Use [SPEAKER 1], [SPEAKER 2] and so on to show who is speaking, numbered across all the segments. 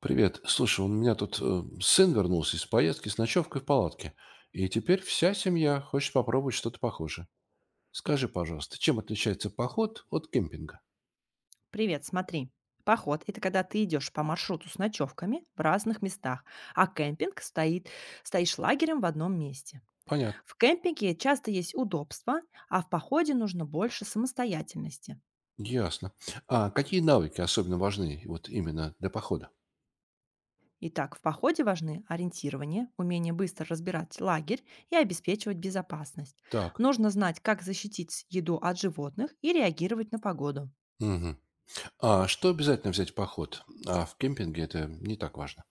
[SPEAKER 1] Привет. Слушай, у меня тут сын вернулся из поездки с ночевкой в палатке. И теперь вся семья хочет попробовать что-то похожее. Скажи, пожалуйста, чем отличается поход от кемпинга?
[SPEAKER 2] Привет, смотри. Поход– это когда ты идешь по маршруту с ночевками в разных местах, а стоишь лагерем в одном месте.
[SPEAKER 1] Понятно.
[SPEAKER 2] В кемпинге часто есть удобства, а в походе нужно больше самостоятельности.
[SPEAKER 1] Ясно. А какие навыки особенно важны вот именно для похода?
[SPEAKER 2] Итак, в походе важны ориентирование, умение быстро разбирать лагерь и обеспечивать безопасность.
[SPEAKER 1] Так.
[SPEAKER 2] Нужно знать, как защитить еду от животных и реагировать на погоду.
[SPEAKER 1] Мгм. А что обязательно взять в поход? А в кемпинге это не так важно.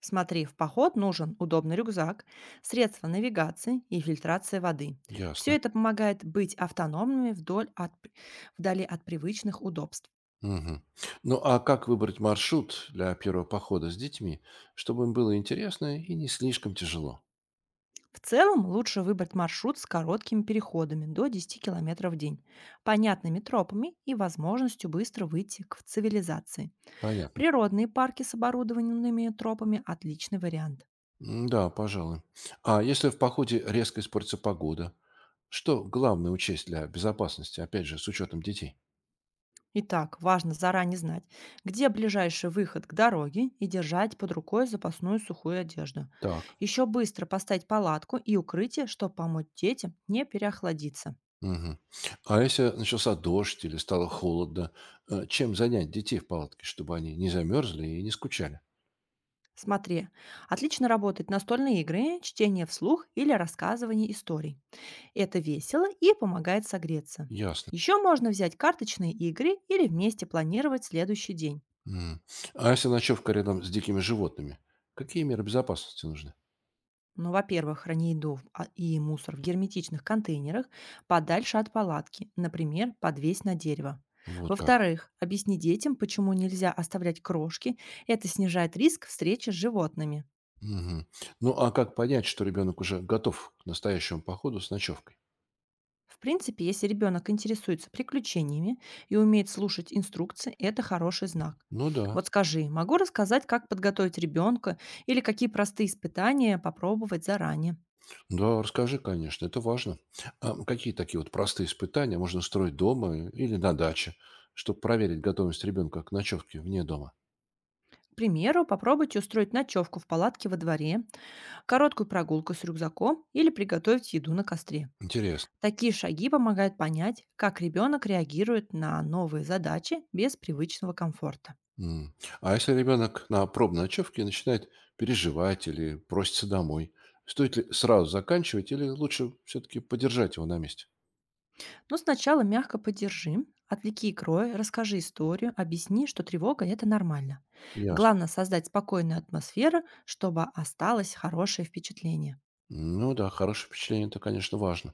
[SPEAKER 2] Смотри, в поход нужен удобный рюкзак, средства навигации и фильтрация воды. Все
[SPEAKER 1] Ясно.
[SPEAKER 2] это помогает быть автономными вдали от привычных удобств.
[SPEAKER 1] Мгм. Ну а как выбрать маршрут для первого похода с детьми, чтобы им было интересно и не слишком тяжело?
[SPEAKER 2] В целом лучше выбрать маршрут с короткими переходами до 10 километров в день, понятными тропами и возможностью быстро выйти к цивилизации.
[SPEAKER 1] Понятно.
[SPEAKER 2] Природные парки с оборудованными тропами– отличный вариант.
[SPEAKER 1] М, да, пожалуй. А если в походе резко испортится погода, что главное учесть для безопасности, опять же, с учетом детей?
[SPEAKER 2] Итак, важно заранее знать, где ближайший выход к дороге и держать под рукой запасную сухую одежду.
[SPEAKER 1] Так.
[SPEAKER 2] Еще быстро поставить палатку и укрытие, чтобы помочь детям не переохладиться.
[SPEAKER 1] Мгм. А если начался дождь или стало холодно, чем занять детей в палатке, чтобы они не замерзли и не скучали?
[SPEAKER 2] Смотри, отлично работают настольные игры, чтение вслух или рассказывание историй. Это весело и помогает согреться.
[SPEAKER 1] Ясно.
[SPEAKER 2] Еще можно взять карточные игры или вместе планировать следующий день.
[SPEAKER 1] М. А если ночевка рядом с дикими животными, какие меры безопасности нужны?
[SPEAKER 2] Ну, во-первых, храни еду и мусор в герметичных контейнерах подальше от палатки, например, подвесь на дерево.
[SPEAKER 1] Вот как.
[SPEAKER 2] Во-вторых, объясни детям, почему нельзя оставлять крошки. Это снижает риск встречи с животными.
[SPEAKER 1] Мгм. Ну а как понять, что ребенок уже готов к настоящему походу с ночевкой?
[SPEAKER 2] В принципе, если ребенок интересуется приключениями и умеет слушать инструкции, это хороший знак.
[SPEAKER 1] Ну да,
[SPEAKER 2] Вот скажи, могу рассказать, как подготовить ребенка или какие простые испытания попробовать заранее?
[SPEAKER 1] да, расскажи, конечно, это важно. А какие такие вот простые испытания можно устроить дома или на даче, чтобы проверить готовность ребенка к ночевке вне дома?
[SPEAKER 2] К примеру, попробуйте устроить ночевку в палатке во дворе, короткую прогулку с рюкзаком или приготовить еду на костре.
[SPEAKER 1] Интересно.
[SPEAKER 2] Такие шаги помогают понять, как ребенок реагирует на новые задачи без привычного комфорта.
[SPEAKER 1] М. А если ребенок на пробной ночевке начинает переживать или просится домой, стоит ли сразу заканчивать или лучше все-таки подержать его на месте?
[SPEAKER 2] Но сначала мягко поддержи, отвлеки крой, расскажи историю, объясни, что тревога– это нормально.
[SPEAKER 1] Ясно.
[SPEAKER 2] Главное– создать спокойную атмосферу, чтобы осталось хорошее впечатление.
[SPEAKER 1] Ну да, хорошее впечатление, это, конечно, важно.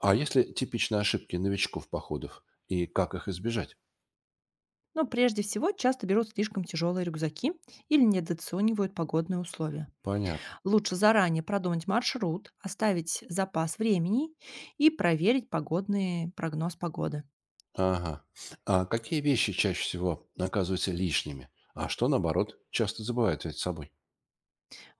[SPEAKER 1] А если типичные ошибки новичков походов и как их избежать?
[SPEAKER 2] Но прежде всего часто берут слишком тяжелые рюкзаки или недооценивают погодные условия.
[SPEAKER 1] Понятно.
[SPEAKER 2] Лучше заранее продумать маршрут, оставить запас времени и проверить погодный прогноз погоды.
[SPEAKER 1] Ага. А какие вещи чаще всего оказываются лишними? А что, наоборот, часто забывают взять с собой?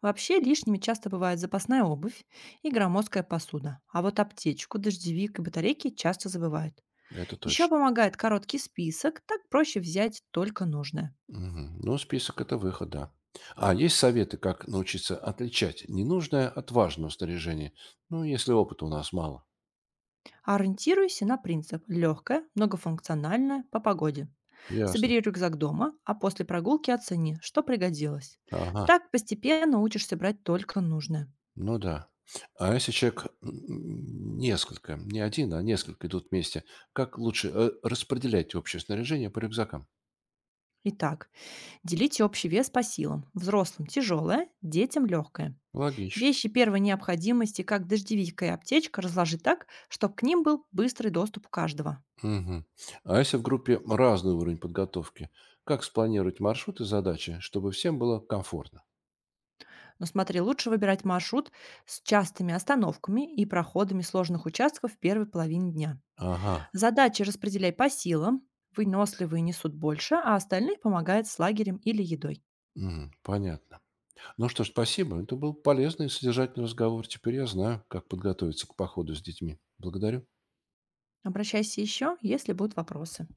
[SPEAKER 2] Вообще лишними часто бывает запасная обувь и громоздкая посуда, а вот аптечку, дождевик и батарейки часто забывают.
[SPEAKER 1] Это
[SPEAKER 2] Еще
[SPEAKER 1] точно.
[SPEAKER 2] помогает короткий список, так проще взять только нужное.
[SPEAKER 1] Мгм. Ну, список – это выход, да. А есть советы, как научиться отличать ненужное от важного снаряжения? Ну, если опыта у нас мало.
[SPEAKER 2] Ориентируйся на принцип легкое, многофункциональное по погоде.
[SPEAKER 1] Ясно.
[SPEAKER 2] Собери рюкзак дома, а после прогулки оцени, что пригодилось.
[SPEAKER 1] Ага.
[SPEAKER 2] Так постепенно учишься брать только нужное.
[SPEAKER 1] Ну да. А если человек м, несколько, не один, а несколько идут вместе, как лучше распределять общее снаряжение по рюкзакам?
[SPEAKER 2] Итак, делите общий вес по силам. Взрослым– тяжелое, детям– легкое.
[SPEAKER 1] Логично.
[SPEAKER 2] Вещи первой необходимости, как дождевик и аптечка, разложи так, чтобы к ним был быстрый доступ у каждого.
[SPEAKER 1] Мгм. А если в группе разный уровень подготовки, как спланировать маршруты, и задачи, чтобы всем было комфортно?
[SPEAKER 2] Но смотри, лучше выбирать маршрут с частыми остановками и проходами сложных участков в первой половине дня.
[SPEAKER 1] Ага,
[SPEAKER 2] Задачи распределяй по силам. Выносливые несут больше, а остальных помогает с лагерем или едой.
[SPEAKER 1] мгм, понятно. Ну что ж, спасибо. Это был полезный и содержательный разговор. Теперь я знаю, как подготовиться к походу с детьми. Благодарю.
[SPEAKER 2] Обращайся еще, если будут вопросы.